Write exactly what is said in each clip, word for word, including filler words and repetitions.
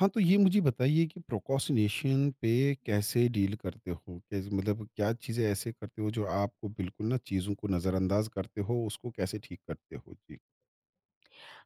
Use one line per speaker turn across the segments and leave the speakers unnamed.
हाँ, तो ये मुझे बताइए कि प्रोक्रास्टिनेशन पे कैसे डील करते हो? कैसे मतलब क्या चीज़ें ऐसे करते हो जो आपको बिल्कुल ना चीज़ों को नज़रअंदाज़ करते हो, उसको कैसे ठीक करते हो? जी।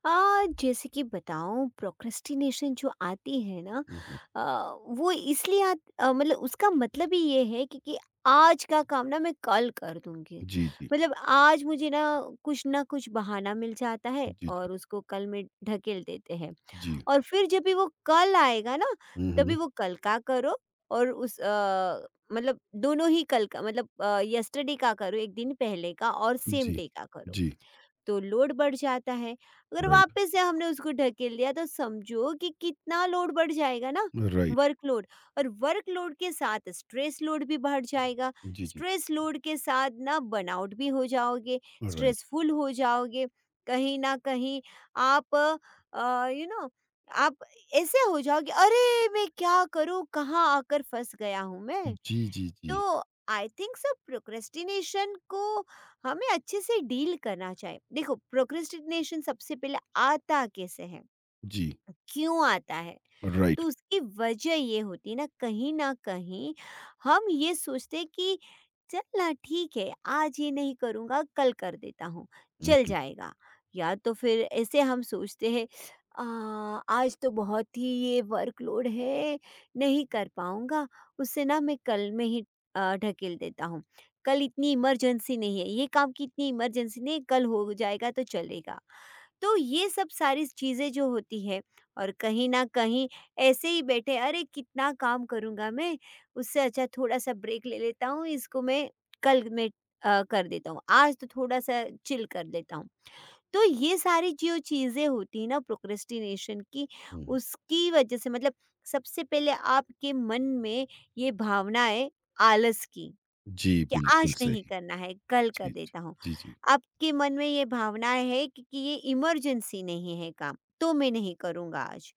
आ, जैसे कि बताऊं, प्रोक्रेस्टिनेशन जो आती है ना,
हुँ, हुँ।
आ, वो इसलिए आत, आ, मतलब उसका मतलब ही ये है कि, कि आज का काम ना मैं कल कर दूंगी।
जी, जी।
मतलब आज मुझे ना कुछ ना कुछ बहाना मिल जाता है,
जी, जी।
और उसको कल में ढकेल देते हैं।
जी।
और फिर जब भी वो कल आएगा ना,
हुँ, हुँ।
तभी वो कल का करो। और उस आ, मतलब दोनों ही कल का मतलब, यस्टरडे का करो, एक दिन पहले का, और सेम
जी।
डे का करो।
जी।
तो लोड बढ़ जाता है। अगर
राइट,
वापस से हमने उसको ढकेल लिया तो समझो कि कितना लोड बढ़ जाएगा ना,
राइट।
वर्कलोड। और वर्कलोड के साथ स्ट्रेस लोड भी बढ़ जाएगा।
जी, जी।
स्ट्रेस लोड के साथ ना बर्नआउट भी हो जाओगे,
राइट।
स्ट्रेसफुल हो जाओगे। कहीं ना कहीं आप यू नो आप ऐसे हो जाओगे, अरे मैं क्या करूँ, कहाँ आकर फंस गया हूँ मैं।
जी, जी, जी।
तो आई थिंक सो प्रोक्रेस्टिनेशन को हमें अच्छे से डील करना चाहिए। देखो, प्रोक्रेस्टिनेशन सबसे पहले आता कैसे है,
जी।
क्यों आता है?
राइट।
तो उसकी वजह ये होती है ना, कहीं न कहीं हम ये सोचते हैं कि चल ना, ठीक है, आज ये नहीं करूँगा, कल कर देता हूँ,
हुँ,
चल
हुँ,
जाएगा। या तो फिर ऐसे हम सोचते हैं, अ, आज तो बहुत ही ये वर्कलोड है, नहीं कर पाऊँगा, उसे ना मैं कल में ही अ, ढकेल देता हूँ। कल इतनी इमरजेंसी नहीं है, ये काम की इतनी इमरजेंसी नहीं है, कल हो जाएगा तो चलेगा। तो ये सब सारी चीज़ें जो होती है, और कहीं न कहीं ऐसे ही बैठे, अरे कितना काम करूँगा मैं, उससे अच्छा थोड़ा-सा ब्रेक ले लेता हूँ, इसको मैं कल मैं अ, कर देता हूँ, आज तो थोड़ा-सा चिल कर लेता हूँ। तो ये सारी जो चीज़ें होती हैं ना प्रोक्रेस्टिनेशन की,
हुँ।
उसकी वजह से मतलब, सबसे पहले आपके मन में ये भावना है आलस की।
जी,
कि
बिल्कुल
आज नहीं
सही।
करना है, कल कर
जी, जी।
देता हूँ।
जी, जी।
आपके मन में ये भावना है कि कि ये इमरजेंसी नहीं है काम, तो मैं नहीं करूँगा आज।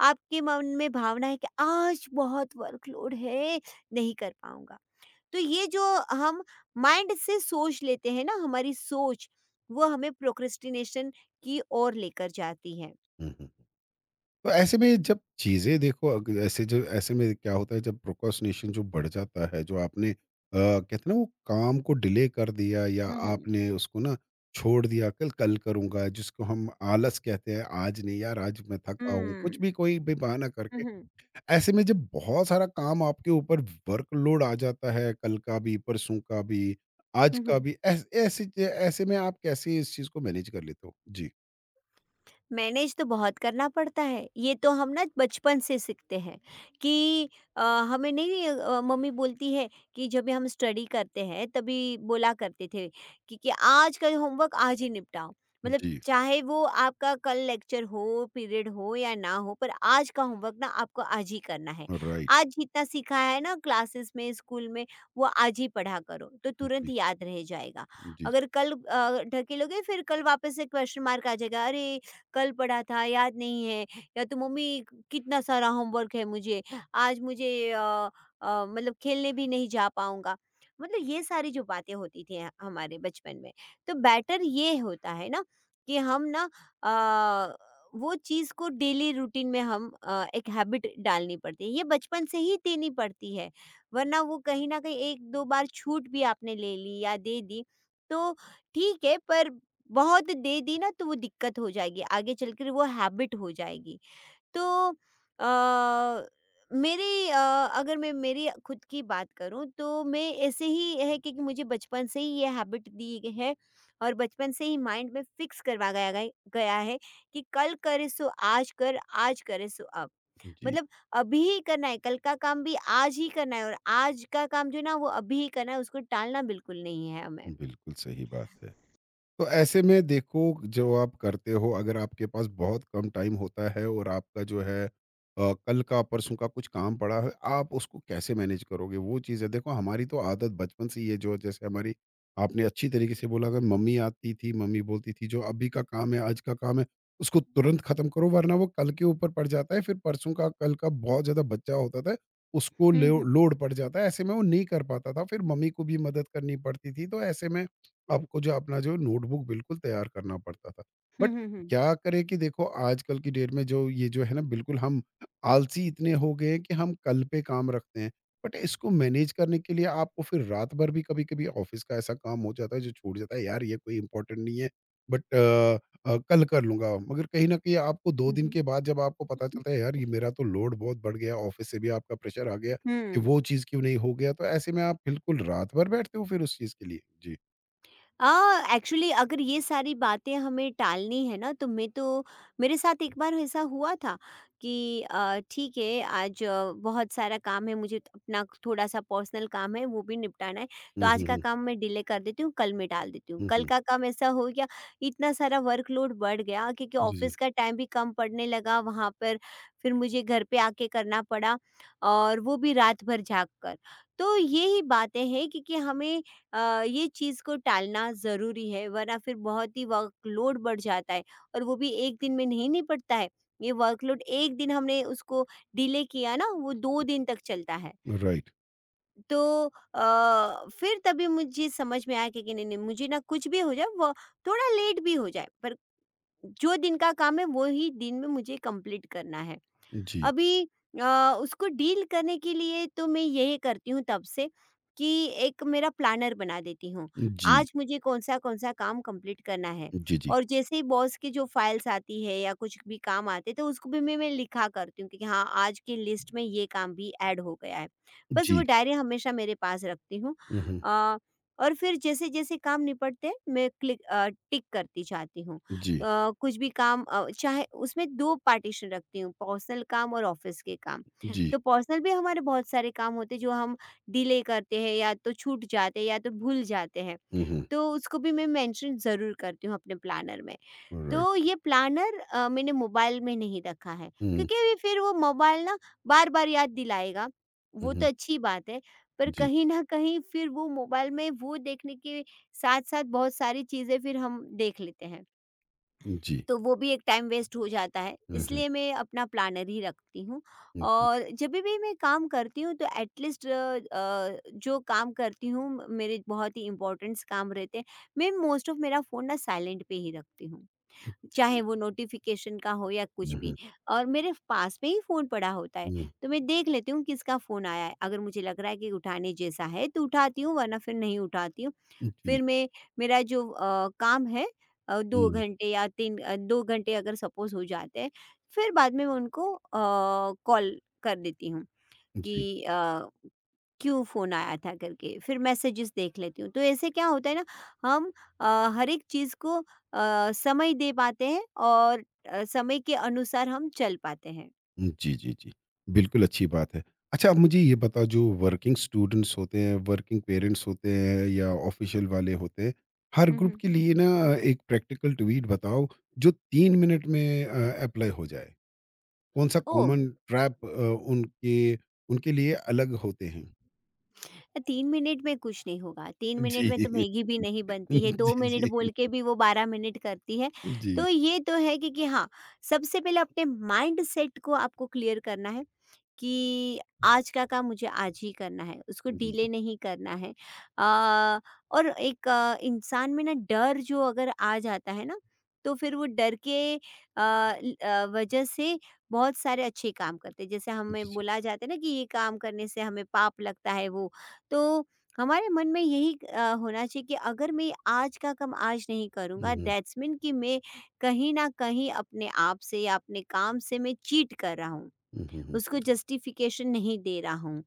आपके मन में भावना है कि आज बहुत वर्कलोड है, नहीं कर पाऊँगा। तो ये जो हम माइंड से सोच लेते हैं ना, हमारी सोच, वो हमें प्रोक्रेस्टिनेशन की ओर लेकर जाती है।
हुँ, हुँ। तो ऐसे में जब चीज़ें देखो अग ऐसे जो ऐसे में क्या होता है जब प्रोक्रास्टिनेशन जो बढ़ जाता है, जो आपने अ, कहते हैं ना वो काम को डिले कर दिया या
हुँ, हुँ।
आपने उसको ना छोड़ दिया, कल कल करूँगा जिसको हम आलस कहते हैं, आज नहीं यार आज मैं
हुँ,
थका हूँ, कुछ
हुँ,
भी कोई भी बहाना करके।
हुँ,
ऐसे में जब बहुत सारा काम आपके ऊपर वर्कलोड आ जाता है, कल का भी, परसों का भी, आज
हुँ,
का
हुँ।
भी, ऐस ऐसे च ऐसे में आप कैसे इस चीज़ को मैनेज कर लेते हो? जी।
मैनेज तो बहुत करना पड़ता है। ये तो हम ना बचपन से सीखते हैं कि अ, हमें नहीं अ, मम्मी बोलती है कि जब भी हम स्टडी करते हैं तभी बोला करते थे कि, कि आज का होमवर्क आज ही निपटाओ। मतलब
जी,
चाहे वो आपका कल लेक्चर हो, पीरियड हो या ना हो, पर आज का होमवर्क ना आपको आज ही करना है।
राइट।
आज जितना सीखा है ना क्लासेस में, स्कूल में, वो आज ही पढ़ा करो तो तुरंत
जी,
याद रह जाएगा।
जी, जी,
अगर कल अ, ढकेलोगे, फिर कल वापस से क्वेश्चन मार्क आ जाएगा, अरे! कल पढ़ा था याद नहीं है, या तो मम्मी, कितना सारा होमवर्क है मुझे, आज मुझे अ, अ, मतलब खेलने भी नहीं जा पाऊंगा। मतलब ये सारी जो बातें होती थी ह- हमारे बचपन में। तो बेटर ये होता है ना कि हम ना, अ, वो चीज़ को डेली रूटीन में हम, अ, एक हैबिट डालनी पड़ती है, ये बचपन से ही देनी पड़ती है। वरना वो कहीं ना कहीं, एक दो बार छूट भी आपने ले ली या दे दी तो ठीक है, पर बहुत दे दी ना तो वो दिक्कत हो जाएगी, आगे चलकर वो हैबिट हो जाएगी। तो अ, मेरी अ, अगर मैं मेरी खुद की बात करूं, तो मैं ऐसे ही है कि, कि मुझे बचपन से ही ये हैबिट दी गई है, और बचपन से ही माइंड में फिक्स करवा गया गया गया है, कि कल करे सो आज कर, आज करे सो अब।
जी।
मतलब अभी ही करना है, कल का काम भी आज ही करना है, और आज का काम जो है ना वो अभी ही करना है, उसको टालना बिल्कुल नहीं है हमें।
बिल्कुल सही बात है। तो ऐसे में देखो जो आप करते हो अगर आपके पास बहुत कम टाइम होता है और आपका जो है अ, कल का परसों का कुछ काम पड़ा है, आप उसको कैसे मैनेज करोगे? वो चीज़ है देखो हमारी तो आदत बचपन से ये जो जैसे हमारी आपने अच्छी तरीके से बोला अगर मम्मी आती थी, मम्मी बोलती थी जो अभी का काम है, आज का काम है, उसको तुरंत ख़त्म करो वरना वो कल के ऊपर पड़ जाता है, फिर परसों का कल का बहुत ज़्यादा बचा होता था, उसको
हम्म,
लो
हम्म,
लोड पड़ जाता है, ऐसे में वो नहीं कर पाता था, फिर मम्मी को भी मदद करनी पड़ती थी, तो ऐसे में आपको जो अपना जो नोटबुक बिल्कुल तैयार करना पड़ता था। बट
हम्म, हम्म,
क्या करें कि देखो आजकल की डेट में जो ये जो है ना बिल्कुल हम आलसी इतने हो गए हैं कि हम कल पे काम रखते हैं। बट इसको मैनेज करने के लिए आपको फिर रात भर भी कभी-कभी ऑफ़िस का ऐसा काम हो जाता है जो छूट जाता है यार ये कोई इम्पोर्टेंट नहीं है बट अ अ, कल कर लूँगा। मगर कहीं न कहीं आपको दो
हम्म,
दिन
हम्म।
के बाद जब आपको पता चलता है यार ये मेरा तो लोड बहुत बढ़ गया है, ऑफ़िस से भी आपका प्रेशर आ गया कि
हुँ।
वो चीज़ क्यों नहीं हो गया? तो ऐसे में आप बिल्कुल रात भर बैठते हो फिर उस चीज़ के लिए? जी।
अ, एक्चुअली अगर ये सारी बातें हमें टालनी है ना, तो मैं तो, मेरे साथ एक बार ऐसा हुआ था कि अ, ठीक है, आज आ, बहुत सारा काम है, मुझे अपना थोड़ा-सा पर्सनल काम है, वो भी निपटाना है, तो
हुँ,
आज
हुँ,
का
हुँ।
काम मैं डिले कर देती हूँ, कल में टाल देती हूँ।
हुँ,
कल
हुँ।
का काम ऐसा हो गया, इतना सारा वर्कलोड बढ़ गया क्योंकि
जी, जी।
ऑफ़िस का टाइम भी कम पड़ने लगा वहाँ पर, फिर मुझे घर पे आके करना पड़ा, और वो भी रात भर जाग कर। तो यही बातें हैं, क्योंकि हमें अ, ये चीज़ को टालना ज़रूरी है, वरना फिर बहुत ही वर्कलोड बढ़ जाता है, और वो भी एक दिन में नहीं निपटता है। ये वर्कलोड एक दिन हमने उसको डिले किया ना, वो दो दिन तक चलता है।
राइट।
तो अ, फिर तभी मुझे समझ में आया कि कि नहीं-नहीं, मुझे ना कुछ भी हो जाए, वो थोड़ा लेट भी हो जाए, पर जो दिन का काम है, वो ही दिन में मुझे कंप्लीट करना है।
जी।
अभी अ, उसको डील करने के लिए तो मैं यही करती हूँ तब से, कि एक मेरा प्लानर बना देती हूँ।
जी।
आज मुझे कौन-सा कौन-सा काम कंप्लीट करना है,
जी, जी।
और जैसे ही बॉस की जो फाइल्स आती है या कुछ भी काम आते हैं, तो उसको भी मैं मैं लिखा करती हूँ कि हाँ, आज की लिस्ट में ये काम भी ऐड हो गया है। बस वो
जी।
डायरी हमेशा मेरे पास रखती हूँ।
हुँ, हुँ।
अ, और फिर जैसे-जैसे काम निपटते हैं, मैं क्लिक अ, टिक करती जाती हूँ।
जी।
अ, कुछ भी काम, अ, चाहे उसमें, दो पार्टीशन रखती हूँ, पर्सनल काम और ऑफ़िस के काम।
जी।
तो पर्सनल भी हमारे बहुत सारे काम होते हैं जो हम डिले करते हैं, या तो छूट जाते हैं, या तो भूल जाते हैं।
हुँ, हुँ।
तो उसको भी मैं मेंशन ज़रूर करती हूँ अपने प्लानर में।
राइट।
तो ये प्लानर अ, मैंने मोबाइल में नहीं रखा है,
हुँ,
क्योंकि अभी फिर वो मोबाइल ना बार-बार याद दिलाएगा,
हुँ,
वो तो
हुँ।
अच्छी बात है। पर
जी।
कहीं न कहीं फिर वो मोबाइल में, वो देखने के साथ-साथ बहुत सारी चीज़ें फिर हम देख लेते हैं।
जी।
तो वो भी एक टाइम वेस्ट हो जाता है,
हुँ, हुँ।
इसलिए मैं अपना प्लानर ही रखती हूँ।
जी।
और जब भी मैं काम करती हूँ तो एटलीस्ट, जो काम करती हूँ, म- मेरे बहुत ही इम्पोर्टेंट्स काम रहते हैं, मैं मोस्ट ऑफ मेरा फ़ोन ना साइलेंट पे ही रखती हूँ, चाहे वो नोटिफिकेशन का हो या कुछ
हुँ,
भी।
हुँ।
और मेरे पास में ही फ़ोन पड़ा होता है।
हुँ।
तो मैं देख लेती हूँ किसका फ़ोन आया है, अगर मुझे लग रहा है कि उठाने जैसा है तो उठाती हूँ, वरना फिर नहीं उठाती हूँ।
जी।
फिर मैं, मेरा जो अ, काम है, अ, दो
हुँ।
घंटे या तीन अ, दो घंटे अगर सपोज़ हो जाते हैं, फिर बाद में मैं उनको अ, कॉल कर देती हूँ
जी।
कि अ, क्यों फ़ोन आया था करके, फिर मैसेजेस देख लेती हूँ। तो ऐसे क्या होता है ना, हम अ, हर एक चीज़ को अ, समय दे पाते हैं, और अ, समय के अनुसार हम चल पाते हैं।
जी, जी, जी। बिल्कुल अच्छी बात है। अच्छा, आप मुझे ये बताओ जो वर्किंग स्टूडेंट्स होते हैं, वर्किंग पेरेंट्स होते हैं या ऑफ़िशियल वाले होते हैं, हर
हुँ,
ग्रुप
हुँ।
के लिए ना एक प्रैक्टिकल ट्वीट बताओ जो तीन मिनट में अ, एप्लाई हो जाए। कौन-सा
ओह!
कॉमन ट्रैप अ, उनके उनके लिए अलग होते हैं?
तीन मिनट में कुछ नहीं होगा, तीन
जी।
मिनट में तो मैगी भी नहीं बनती है, दो
जी, जी।
मिनट बोल के भी वो बारह मिनट करती है।
जी,
तो ये तो है कि कि हाँ, सबसे पहले अपने माइंडसेट को आपको क्लियर करना है, कि आज का काम मुझे आज ही करना है, उसको
जी, जी।
डिले नहीं करना है। अ, और एक अ, इंसान में ना डर जो अगर आ जाता है ना, तो फिर वो डर के अ, ल अ, वजह से बहुत सारे अच्छे काम करते हैं। जैसे
जी,
हमें
जी।
बोला जाता है ना, कि ये काम करने से हमें पाप लगता है वो, तो हमारे मन में यही अ, होना चाहिए कि अगर मैं आज का काम आज नहीं
हुँ,
करूँगा,
हुँ।
दैट्स मीन कि मैं कहीं न कहीं अपने आप से या अपने काम से मैं चीट कर रहा हूँ।
हुँ, हुँ, हुँ।
उसको जस्टिफिकेशन नहीं दे रहा हूँ।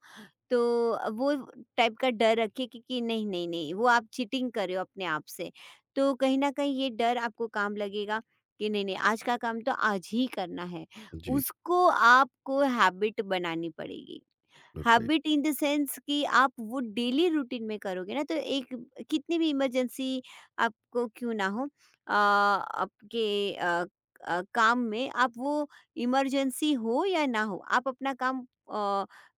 तो अ, वो टाइप का डर रखिए कि कि नहीं, नहीं, नहीं, वो आप चीटिंग कर रहे हो अपने आप से। तो कहीं न कहीं ये डर आपको काम लगेगा, कि नहीं, नहीं, आज का काम तो आज ही करना है।
जी,
उसको आपको हैबिट बनानी पड़ेगी।
Right,
habit in the sense, कि आप वो डेली रूटीन में करोगे ना तो एक, कितनी भी इमरजेंसी आपको क्यों ना हो, अ, आपके अ, अ, काम में, आप वो इमरजेंसी हो या ना हो, आप अपना काम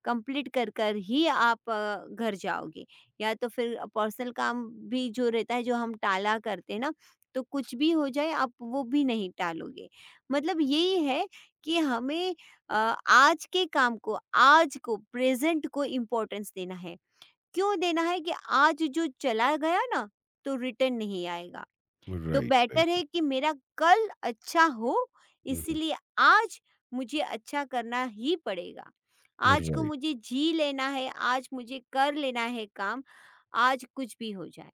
कंप्लीट कर कर ही आप अ, घर जाओगे। या तो फिर पर्सनल काम भी जो रहता है, जो हम टाला करते हैं ना, तो कुछ भी हो जाए आप वो भी नहीं टालोगे। मतलब यही है कि हमें, अ, आज के काम को, आज को, प्रेज़ेंट को इम्पोर्टेंस देना है। क्यों देना है, कि आज जो चला गया ना, तो रिटर्न नहीं आएगा। तो
राइट, राइट,
बेटर
राइट।
है कि मेरा कल अच्छा हो,
हुँ, हुँ।
इसीलिए आज मुझे अच्छा करना ही पड़ेगा। आज को
राइट।
मुझे जी लेना है, आज मुझे कर लेना है काम, आज कुछ भी हो जाए।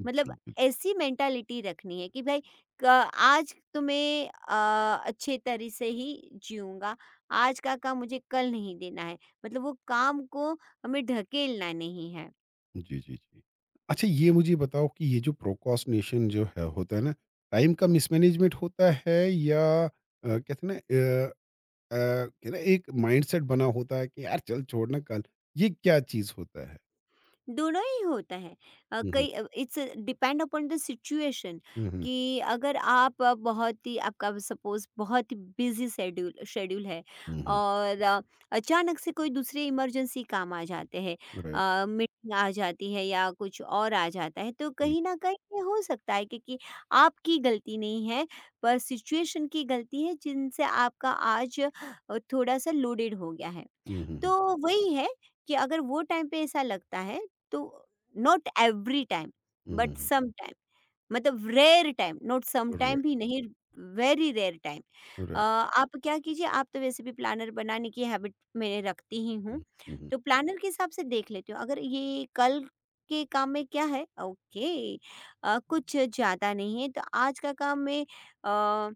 जी,
मतलब
बिल
ऐसी मेंटालिटी रखनी है कि भाई, क आज तो मैं अ, अच्छे तरह से ही जीऊँगा, आज का काम मुझे कल नहीं देना है। मतलब वो काम को हमें ढकेलना नहीं है।
जी, जी, जी। अच्छा ये मुझे बताओ कि ये जो प्रोक्रास्टिनेशन जो है होता है ना, टाइम का मिसमैनेजमेंट होता है या अ, कहते हैं ना अ अ, कहते हैं ना एक माइंडसेट बना होता है कि यार चल छोड़ना कल, ये क्या चीज़ होता है?
दोनों ही होता है। अ,
हुँ, हुँ।
कई it's depend upon the situation
हुँ, हुँ।
कि अगर आप अ, बहुत ही आपका सपोज बहुत ही बिजी शेड्यूल शेड्यूल है
Mhm.
और अ, अचानक से कोई दूसरे इमरजेंसी काम आ जाते हैं,
Right.
मीटिंग आ जाती है या कुछ और आ जाता है, तो
Mm.
कहीं ना कहीं ये हो सकता है क्योंकि आपकी गलती नहीं है, पर सिचुएशन की गलती है जिनसे आपका आज अ, थोड़ा सा लोडेड हो गया है।
Mhm.
तो वही है कि अगर वो टाइम पे ऐसा लगता है तो not every time but
Mhm.
Some time, मतलब rare time, not some
Right.
Time भी नहीं, वेरी रेयर टाइम। अ,
Right.
आप क्या कीजिए, आप तो वैसे भी प्लानर बनाने की हैबिट मैं रखती ही हूँ,
Mm. Mhm.
तो प्लानर के हिसाब से देख लेती हूँ अगर ये कल के काम में क्या है। ओके, अ, कुछ ज़्यादा नहीं है तो आज का काम मैं अ,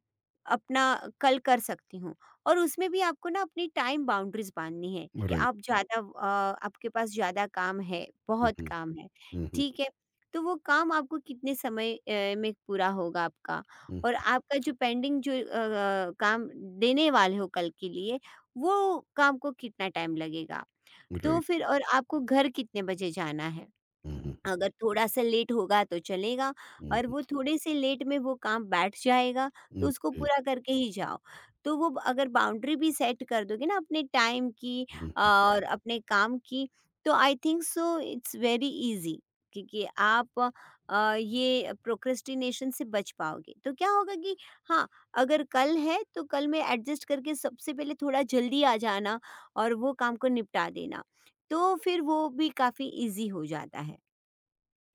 अपना कल कर सकती हूँ। और उसमें भी आपको ना अपनी टाइम बाउंड्रीज़ बाँधनी है, क्योंकि
Right.
आप ज़्यादा अ, आपके पास ज़्यादा काम है, बहुत
Mhm.
काम है,
Mhm.
ठीक है? तो वो काम आपको कितने समय अ, में पूरा होगा आपका,
Mm.
और आपका जो पेंडिंग जो अ, अ, काम देने वाले हो कल के लिए, वो काम को कितना टाइम लगेगा? तो
Right.
फिर और आपको घर कितने बजे जाना है?
Mhm.
अगर थोड़ा-सा लेट होगा तो चलेगा, और
Mhm.
वो थोड़े से लेट में वो काम बैठ जाएगा, तो
Mm.
उसको पूरा करके ही जाओ। तो वो अगर बाउंड्री भी सेट कर दोगे ना अपने टाइम की
Mm.
और अपने काम की, तो I think so it's very easy, क्योंकि आप अ, ये प्रोक्रेस्टिनेशन से बच पाओगे। तो क्या होगा कि हाँ, अगर कल है तो कल में एडजस्ट करके सबसे पहले थोड़ा जल्दी आ जाना और वो काम को निपटा देना, तो फिर वो भी काफ़ी ईज़ी हो जाता है।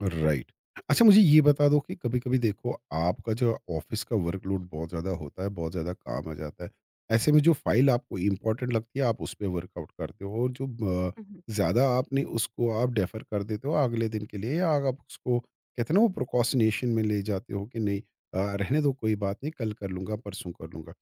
राइट। अच्छा मुझे ये बता दो कि कभी-कभी देखो आपका जो ऑफ़िस का वर्कलोड बहुत ज़्यादा होता है, बहुत ज़्यादा काम आ जाता है। ऐसे में जो फ़ाइल आपको इम्पोर्टेंट लगती है आप उस पे वर्कआउट करते हो और जो ब
मम्म।
ज़्यादा आपने उसको आप डेफ़र कर देते हो अगले दिन के लिए या आप उसको कहते हैं ना वो प्रोक्रास्टिनेशन में ले जाते हो कि नहीं अ, रहने दो कोई बात नहीं कल कर लूँगा, परसों कर लूँगा।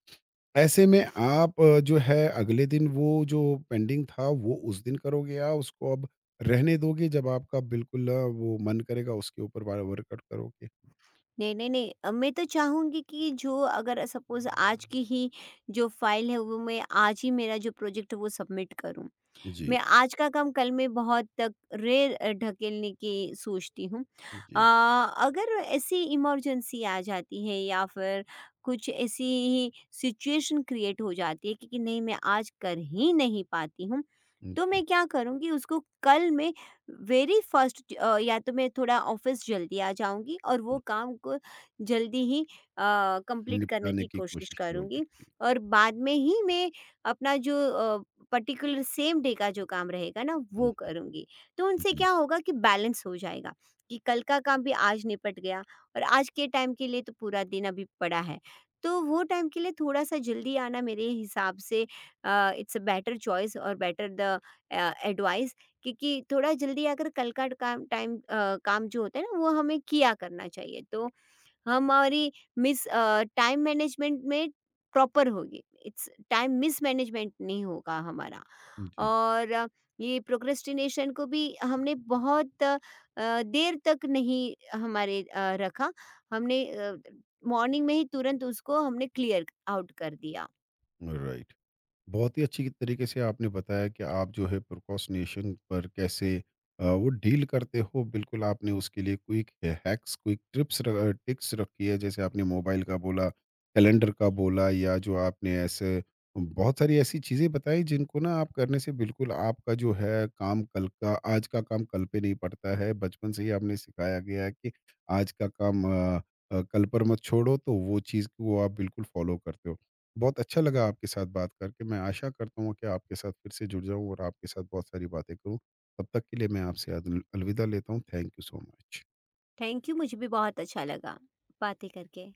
ऐसे में आप अ, जो है अगले दिन वो जो पेंडिंग था वो उस दिन करोगे या उसको अब रहने दोगे जब आपका बिल्कुल अ, वो मन करेगा उसके ऊपर वा- वर्कआउट करोगे।
नहीं नहीं नहीं अ, मैं तो चाहूंगी कि जो अगर सपोज आज की ही जो फाइल है वो मैं आज ही, मेरा जो प्रोजेक्ट वो सबमिट करूं।
जी।
मैं आज का काम कल में बहुत तक रेर अ, ढकेलने की सोचती हूँ। अ,
जी।
अगर ऐसी इमरजेंसी आ जाती है या फिर कुछ ऐसी ही सिचुएशन क्रिएट हो जाती है कि कि नहीं मैं आज कर ही नहीं पाती हूँ, तो
जी।
मैं क्या करूँगी उसको कल में, वेरी फ़र्स्ट अ, या तो मैं थोड़ा ऑफ़िस जल्दी आ जाऊँगी और वो
हम्म।
काम को जल्दी ही अ, कंप्लीट करने
निपटाने
की
की
कोशिश
कोशिश करोगे।
करूँगी,
जी।
और बाद में ही मैं अपना जो अ, पर्टिकुलर सेम डे का जो काम रहेगा ना वो
हम्म।
करूँगी। तो उनसे
जी।
क्या होगा कि बैलेंस हो जाएगा कि कल का काम भी आज निपट गया, और आज के टाइम के लिए तो पूरा दिन अभी पड़ा है। तो वो टाइम के लिए थोड़ा-सा जल्दी आना मेरे हिसाब से अ, इट्स अ बेटर चॉइस और बेटर द अ, एडवाइस, क्योंकि थोड़ा जल्दी आकर कल का काम टाइम अ, काम जो होता है ना वो हमें किया करना चाहिए। तो हमारी मिस अ, टाइम मैनेजमेंट में प्रॉपर होगी, इट्स टाइम मिसमैनेजमेंट नहीं होगा हमारा।
जी।
और अ, ये प्रोक्रेस्टिनेशन को भी हमने बहुत अ, देर तक नहीं हमारे अ, रखा, हमने मॉर्निंग में ही तुरंत उसको हमने क्लियर आउट कर दिया।
राइट। बहुत ही अच्छी तरीके से आपने बताया कि आप जो है प्रिकॉशनेशन पर कैसे अ, वो डील करते हो। बिल्कुल आपने उसके लिए quick hacks quick trips tips रखी है, जैसे आपने मोबाइल का बोला, कैलेंडर का बोला या जो आपने ऐसे बहुत सारी ऐसी चीज़ें बताई जिनको ना आप करने से बिल्कुल आपका जो है काम कल का आज का काम कल पे नहीं पड़ता है। बचपन से ही आपने सिखाया गया है कि आज का काम अ, अ, कल पर मत छोड़ो, तो वो चीज़ को आप बिल्कुल फॉलो करते हो। बहुत अच्छा लगा आपके साथ बात करके। मैं आशा करता हूँ कि आपके साथ फिर से जुड़ जाऊँ और आपके साथ बहुत सारी बातें करूँ। तब तक के लिए मैं आपसे अद अलविदा लेता हूँ। Thank you so much.
Thank you, मुझे भी बहुत अच्छा लगा बातें करके।